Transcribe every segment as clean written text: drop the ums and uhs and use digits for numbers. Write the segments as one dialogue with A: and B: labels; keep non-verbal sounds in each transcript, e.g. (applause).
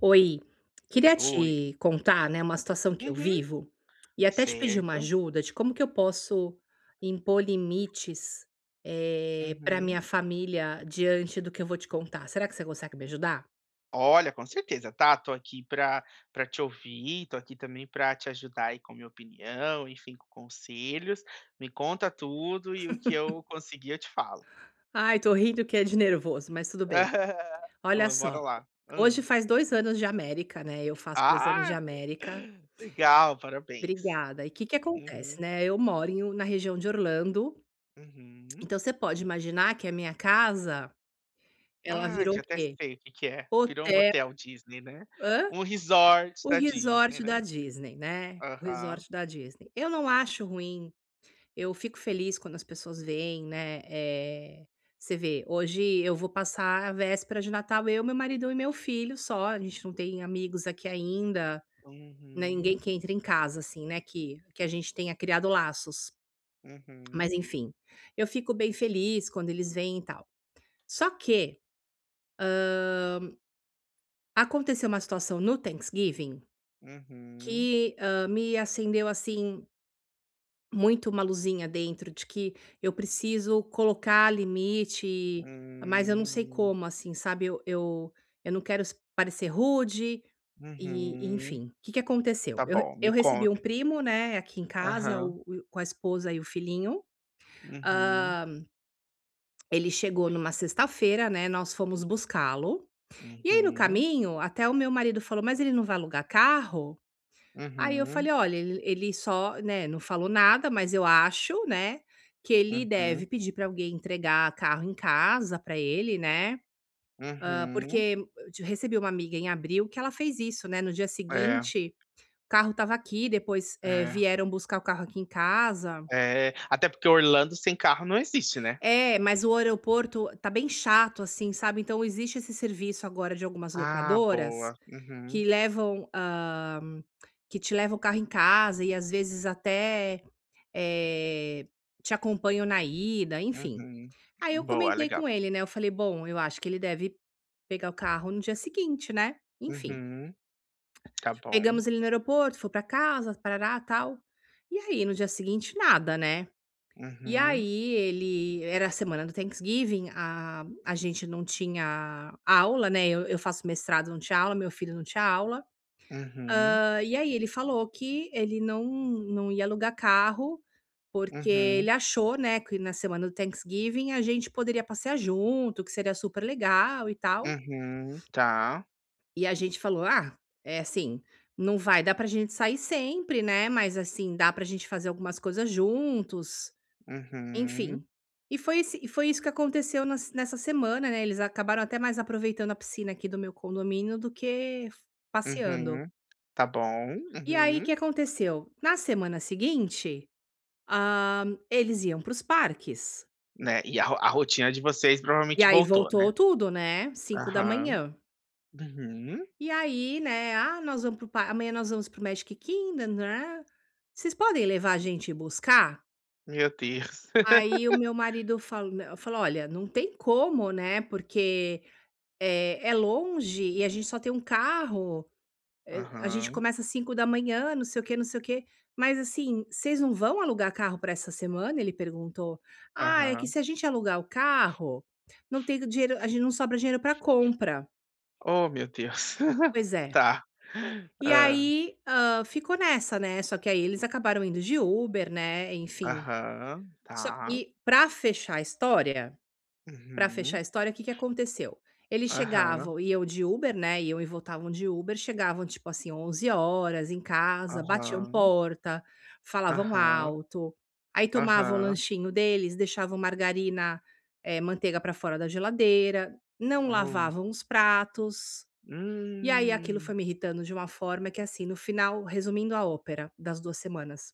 A: Oi, queria
B: Oi.
A: te contar, né, uma situação que eu
B: Uhum.
A: vivo e até te pedir uma
B: Certo.
A: ajuda de como que eu posso impor limites, para
B: Uhum.
A: minha família diante do que eu vou te contar. Será que você consegue me ajudar?
B: Olha, com certeza, tá? Tô aqui para te ouvir, tô aqui também para te ajudar aí com minha opinião, enfim, com conselhos. Me conta tudo e o que eu conseguir eu te falo.
A: Ai, tô rindo que é de nervoso, mas tudo bem.
B: (laughs) Então,
A: Olha
B: mas bora
A: só,
B: lá.
A: hoje
B: Hã.
A: faz 2 anos de América, né, eu faço 2 anos de
B: Ah!
A: América.
B: Legal, parabéns.
A: Obrigada. E o que que acontece,
B: Uhum,
A: né, eu moro na região de Orlando,
B: uhum.
A: então você pode imaginar que a minha casa, ela
B: Ai,
A: virou
B: já
A: o
B: até
A: quê?
B: sei o que que é. Virou um
A: Hotel
B: hotel Disney, né? Um resort
A: O
B: da Disney,
A: resort
B: né?
A: da Disney, né, o resort
B: Aham.
A: da Disney. Eu não acho ruim, eu fico feliz quando as pessoas vêm, né, você vê, hoje eu vou passar a véspera de Natal, eu, meu marido e meu filho só. A gente não tem amigos aqui ainda, né, ninguém
B: Uhum.
A: que entre em casa, assim, né, que a gente tenha criado laços. Mas
B: Uhum,
A: enfim, eu fico bem feliz quando eles vêm e tal. Só que aconteceu uma situação no Thanksgiving
B: uhum,
A: que, me acendeu, assim, muito, uma luzinha dentro de que eu preciso colocar limite, mas eu não sei
B: hum,
A: como, assim, sabe, eu não quero s parecer rude e
B: uhum.
A: enfim. O que que aconteceu?
B: Tá
A: Eu
B: bom, me
A: eu recebi um
B: conta.
A: primo, né, aqui em casa,
B: Aham,
A: o com a esposa e o filhinho.
B: uhum,
A: Hã, ele chegou numa sexta-feira, né, nós fomos buscá-lo, e aí no
B: uhum,
A: caminho até o meu marido falou: "Mas ele não vai alugar carro?" Aí eu
B: uhum,
A: falei: "Olha, ele só, né, não falou nada, mas eu acho, né, que ele deve
B: uhum,
A: pedir para alguém entregar carro em casa para ele, né".
B: uhum.
A: Porque eu ti recebi uma amiga em abril que ela fez isso, né, no dia
B: É,
A: seguinte o carro estava aqui. Depois,
B: é,
A: vieram buscar o carro aqui em casa.
B: é. Até porque Orlando sem carro não existe, né.
A: É, mas o aeroporto tá bem chato, assim, sabe. Então existe esse serviço agora de algumas
B: Ah,
A: locadoras
B: boa. Uhum,
A: que levam, hã, que te levam o carro em casa e às vezes até Eh, te acompanho na ida, enfim.
B: uhum.
A: Aí eu
B: Boa,
A: comentei
B: legal.
A: com ele, né, eu falei: "Bom, eu acho que ele deve pegar o carro no dia seguinte, né". Enfim,
B: Uhum, tá bom.
A: pegamos ele no aeroporto, foi pra casa, tarará, tal. E aí no dia seguinte nada, né. E
B: Uhum,
A: aí ele era a semana do Thanksgiving, a gente não tinha aula, né, eu faço mestrado, não tinha aula, meu filho não tinha aula.
B: uhum,
A: E aí ele falou que ele não ia alugar carro, porque
B: uhum,
A: ele achou, né, que na semana do Thanksgiving a gente poderia passear junto, que seria super legal e tal.
B: uhum. Tá.
A: E a gente falou: "Ah, é assim, não vai dar pra gente sair sempre, né, mas assim, dá pra gente fazer algumas coisas juntos",
B: Uhum,
A: enfim. E foi esse e foi isso que aconteceu nas nessa semana, né. Eles acabaram até mais aproveitando a piscina aqui do meu condomínio do que passeando.
B: uhum. Tá bom.
A: E aí, o
B: Uhum.
A: que aconteceu? Na semana seguinte, eles iam para os parques.
B: Né, e a rotina de vocês
A: E
B: provavelmente
A: aí
B: voltou, né?
A: voltou tudo, né, Cinco da
B: Aham.
A: manhã.
B: Uhum.
A: E aí, né: "Ah, nós vamos para o amanhã nós vamos para o Magic Kingdom, né? Vocês podem levar a gente e buscar?"
B: Meu Deus. (laughs)
A: Aí o meu marido falo né, falou: "Olha, não tem como, né, porque, é longe e a gente só tem um carro. A gente
B: Aham,
A: começa às 5 da manhã, não sei o quê, não sei o quê. Mas assim, vocês não vão alugar carro para essa semana?" Ele perguntou. "Ah, é que
B: aham.
A: se a gente alugar o carro, não tem dinheiro, a gente não sobra dinheiro para compra."
B: Oh, meu Deus. (laughs)
A: Pois é.
B: Tá.
A: E
B: Ah.
A: aí, ficou nessa, né. Só que aí eles acabaram indo de Uber, né, enfim.
B: Aham,
A: Só
B: tá.
A: e para fechar a história Pra fechar
B: Uhum.
A: a história, o que que aconteceu? Eles
B: Aham,
A: chegavam iam de Uber, né, iam e voltavam de Uber, chegavam, tipo assim, 11 horas em casa, batiam
B: aham,
A: porta, falavam
B: aham,
A: alto, aí tomavam o
B: aham.
A: lanchinho deles, deixavam margarina, manteiga pra fora da geladeira, não
B: Oh.
A: lavavam os pratos, e aí aquilo
B: Hum.
A: foi me irritando de uma forma que, assim, no final, resumindo a ópera das 2 semanas,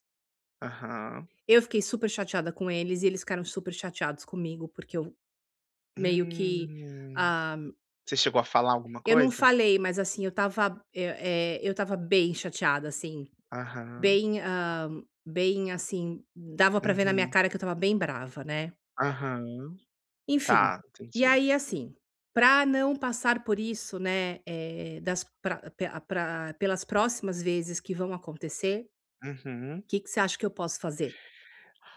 B: Aham.
A: eu fiquei super chateada com eles e eles ficaram super chateados comigo, porque eu meio que,
B: Hum.
A: ah,
B: Você chegou a falar alguma
A: Eu não
B: coisa?
A: falei, mas assim, eu estava bem chateada, assim,
B: Aham.
A: bem assim, dava pra ver na minha
B: Uhum.
A: cara que eu estava bem brava, né.
B: Aham.
A: Enfim,
B: Tá,
A: e
B: entendi.
A: aí assim, pra não passar por isso, né, eh, das pra pe a pra pelas próximas vezes que vão acontecer,
B: Uhum.
A: o que que você acha que eu posso fazer?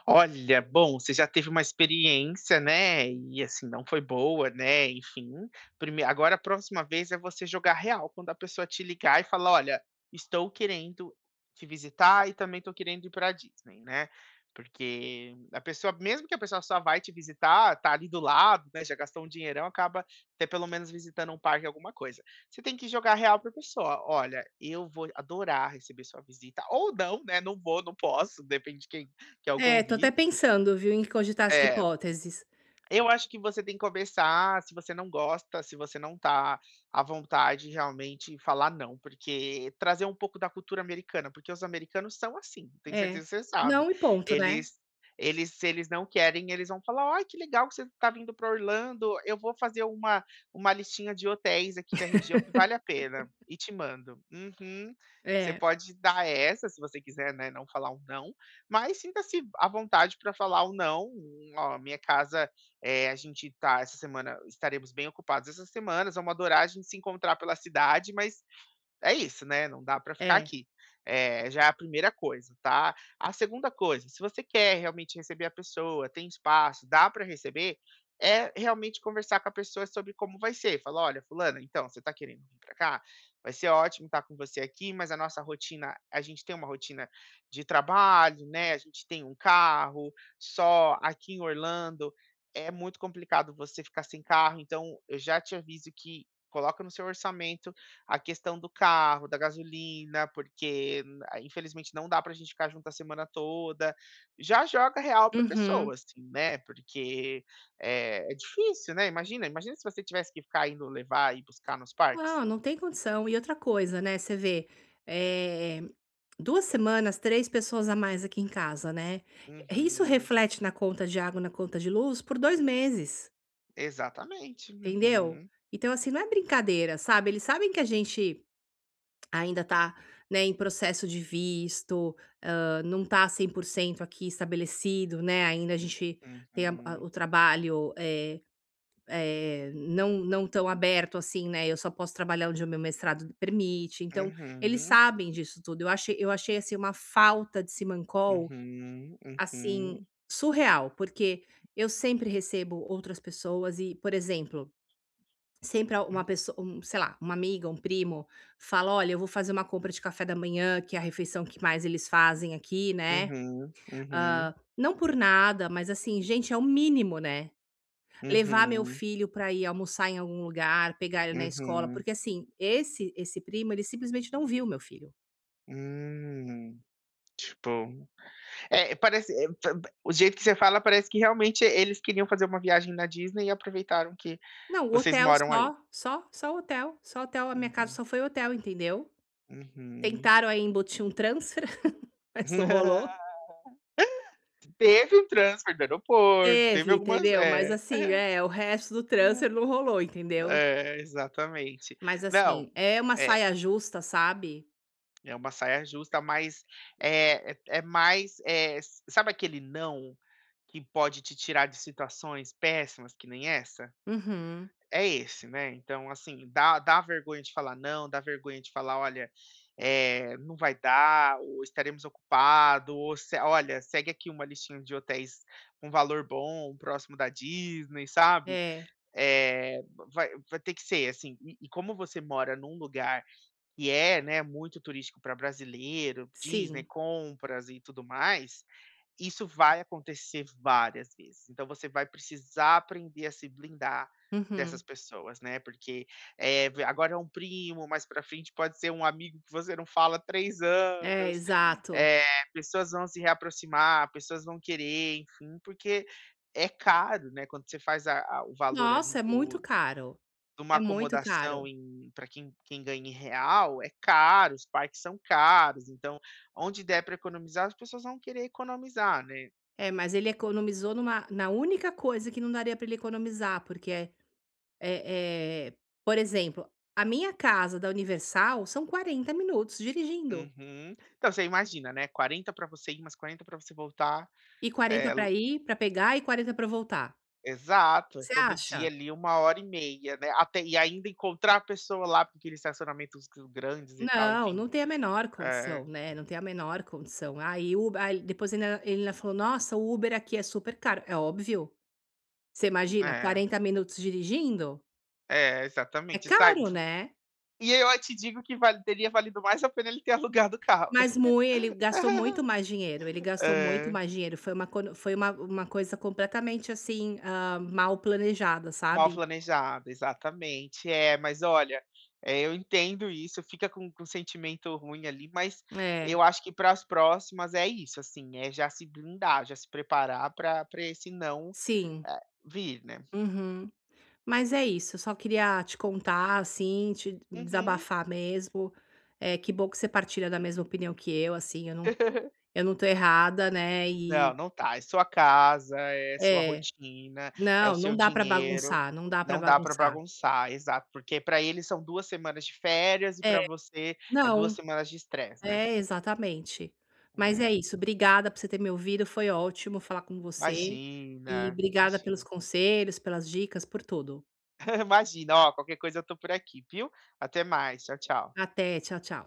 B: Olha, bom, você já teve uma experiência, né, e assim, não foi boa, né, enfim. Prime Agora a próxima vez é você jogar real, quando a pessoa te ligar e falar: "Olha, estou querendo te visitar e também estou querendo ir pra Disney", né. Porque a pessoa, mesmo que a pessoa só vai te visitar, tá ali do lado, né, já gastou um dinheirão, acaba até pelo menos visitando um parque, alguma coisa. Você tem que jogar real pra pessoa: "Olha, eu vou adorar receber sua visita", ou não, né, "Não vou, não posso", depende de quem que é o
A: É, tô até
B: convite.
A: pensando, viu, em cogitar essa
B: É,
A: hipóteses.
B: eu acho que você tem que começar, se você não gosta, se você não tá à vontade, realmente falar não, porque trazer um pouco da cultura americana, porque os americanos são assim, tenho
A: É.
B: certeza que você sabe.
A: Não, e ponto, né.
B: Eles eles se eles não querem, eles vão falar: "Ai, que legal que você tá vindo para Orlando, eu vou fazer uma listinha de hotéis aqui da região que vale a pena e te mando". Uhum. Você
A: É,
B: pode dar essa, se você quiser, né, não falar um não, mas sinta-se à vontade para falar o não: "Ó, minha casa, a gente tá, essa semana estaremos bem ocupados, essas semanas, vamos adorar a gente se encontrar pela cidade, mas é isso, né, não dá para ficar
A: é.
B: aqui". É, já é a primeira coisa, tá. A segunda coisa, se você quer realmente receber a pessoa, tem espaço, dá para receber, é realmente conversar com a pessoa sobre como vai ser. Fala: "Olha, fulana, então, você tá querendo vir para cá? Vai ser ótimo estar com você aqui, mas a nossa rotina, a gente tem uma rotina de trabalho, né, a gente tem um carro, só aqui em Orlando é muito complicado você ficar sem carro, então eu já te aviso que coloca no seu orçamento a questão do carro, da gasolina, porque, infelizmente não dá pra gente ficar junto a semana toda. Já joga real pra pessoa,
A: Uhum.
B: assim, né, porque é é difícil, né, imagina, imagina se você tivesse que ficar indo levar e buscar nos
A: Não,
B: parques.
A: não tem condição. E outra coisa, né, você vê, eh, 2 semanas, 3 pessoas a mais aqui em casa, né. Isso
B: Uhum.
A: reflete na conta de água, na conta de luz por 2 meses,
B: Exatamente.
A: entendeu.
B: Uhum.
A: Então, assim, não é brincadeira, sabe. Eles sabem que a gente ainda está, né, em processo de visto, não está 100% aqui estabelecido, né, ainda a gente tem a o
B: Uhum.
A: trabalho, não tão aberto assim, né, eu só posso trabalhar onde o meu mestrado permite, então eles
B: Uhum.
A: sabem disso tudo. Eu achei, assim, uma falta de simancol,
B: Uhum.
A: assim,
B: Uhum.
A: surreal, porque eu sempre recebo outras pessoas e, por exemplo, sempre uma pessoa, um, sei lá, uma amiga, um primo, fala: "Olha, eu vou fazer uma compra de café da manhã", que é a refeição que mais eles fazem aqui, né.
B: Uhum. Uhum.
A: Não por nada, mas assim, gente, é o mínimo, né.
B: Uhum.
A: Levar meu
B: Uhum.
A: filho para ir almoçar em algum lugar, pegar ele na escola,
B: Uhum.
A: porque assim, esse primo, ele simplesmente não viu meu filho.
B: Hum. Tipo. É, parece, é, pa pa O jeito que você fala parece que realmente eles queriam fazer uma viagem na Disney e aproveitaram que
A: Não, o
B: vocês
A: hotel
B: moram aí.
A: só, só o hotel, só o hotel, a minha casa
B: Uhum,
A: só foi hotel, entendeu.
B: uhum.
A: Tentaram aí embutir um transfer, (laughs) mas não rolou.
B: (laughs) Teve um transfer do aeroporto, teve
A: Teve,
B: algumas,
A: entendeu? Mas
B: é,
A: assim, é, o resto do transfer não rolou, entendeu?
B: é, exatamente.
A: Mas
B: Não,
A: assim, é uma
B: é,
A: saia justa, sabe?
B: é uma saia justa, mas é mais, sabe aquele não que pode te tirar de situações péssimas que nem essa?
A: Uhum.
B: É esse, né, então, assim, dá vergonha de falar não, dá vergonha de falar: "Olha, não vai dar", ou "Estaremos ocupados", ou se "Olha, segue aqui uma listinha de hotéis com valor bom, próximo da Disney", sabe.
A: É,
B: Eh, vai ter que ser, assim, e como você mora num lugar que é, né, muito turístico para brasileiro, Disney,
A: sim.
B: compras e tudo mais, isso vai acontecer várias vezes, então você vai precisar aprender a se blindar dessas
A: Uhum.
B: pessoas, né, porque, eh, v agora é um primo, mais pra frente pode ser um amigo que você não fala há 3
A: É,
B: anos,
A: exato.
B: eh, pessoas vão se reaproximar, pessoas vão querer, enfim, porque é caro, né, quando você faz a o valor ali
A: Nossa, é
B: do
A: muito caro,
B: de uma
A: é muito
B: acomodação
A: caro.
B: para quem, ganha em real, é caro, os parques são caros, então onde der para economizar, as pessoas vão querer economizar, né.
A: É, mas ele economizou numa na única coisa que não daria para ele economizar, porque é, por exemplo, a minha casa da Universal são 40 minutos dirigindo,
B: Uhum. Então você imagina, né, 40 para você ir, mais 40 para você voltar.
A: e
B: É,
A: 40
B: l
A: para ir, para pegar, e 40 para voltar.
B: Exato, é
A: Você
B: todo dia
A: acha?
B: ali uma hora e meia, né, até e ainda encontrar a pessoa lá, porque aqueles estacionamentos, g grandes e tal,
A: Não,
B: enfim.
A: não tem a menor
B: É,
A: condição, né, não tem a menor condição. Aí o Uber, aí depois, ainda, ele ainda falou: "Nossa, o Uber aqui é super caro", é óbvio. Você imagina
B: é,
A: 40 minutos dirigindo?
B: é,
A: É
B: exatamente, sabe.
A: caro, né.
B: E eu te digo que vale, teria valido mais a pena ele ter (laughs) alugado o carro, né.
A: Mas muito, ele gastou muito mais dinheiro, ele gastou muito
B: É.
A: mais dinheiro, foi uma cono foi uma coisa completamente, assim, mal planejada,
B: Mal
A: sabe.
B: planejado, exatamente. É, mas olha, eu entendo isso, fica com um sentimento ruim ali, mas
A: É,
B: eu acho que para as próximas é isso, assim, é já se blindar, já se preparar para, pra esse não,
A: sim.
B: eh, vir, né.
A: Uhum. Mas é isso, eu só queria te contar, assim, te
B: Uhum.
A: desabafar mesmo. É, que bom que você partilha da mesma opinião que eu, assim, eu não
B: (laughs)
A: eu não tô errada, né,
B: Não,
A: e
B: não tá, é sua casa, é sua
A: é.
B: rotina, é o
A: Não,
B: seu
A: não dá pra
B: dinheiro,
A: bagunçar, não dá pra
B: não dá para
A: bagunçar.
B: bagunçar, exato, porque para eles são 2 semanas de férias e
A: É,
B: para você é 2
A: não,
B: semanas de estresse, né.
A: é, exatamente. Mas
B: É,
A: é isso, obrigada por você ter me ouvido, foi ótimo falar com você,
B: imagina,
A: e obrigada
B: imagina.
A: pelos conselhos, pelas dicas, por tudo.
B: (laughs) Imagina, ó, qualquer coisa eu tô por aqui, viu? Até mais, tchau, tchau.
A: Até, tchau, tchau.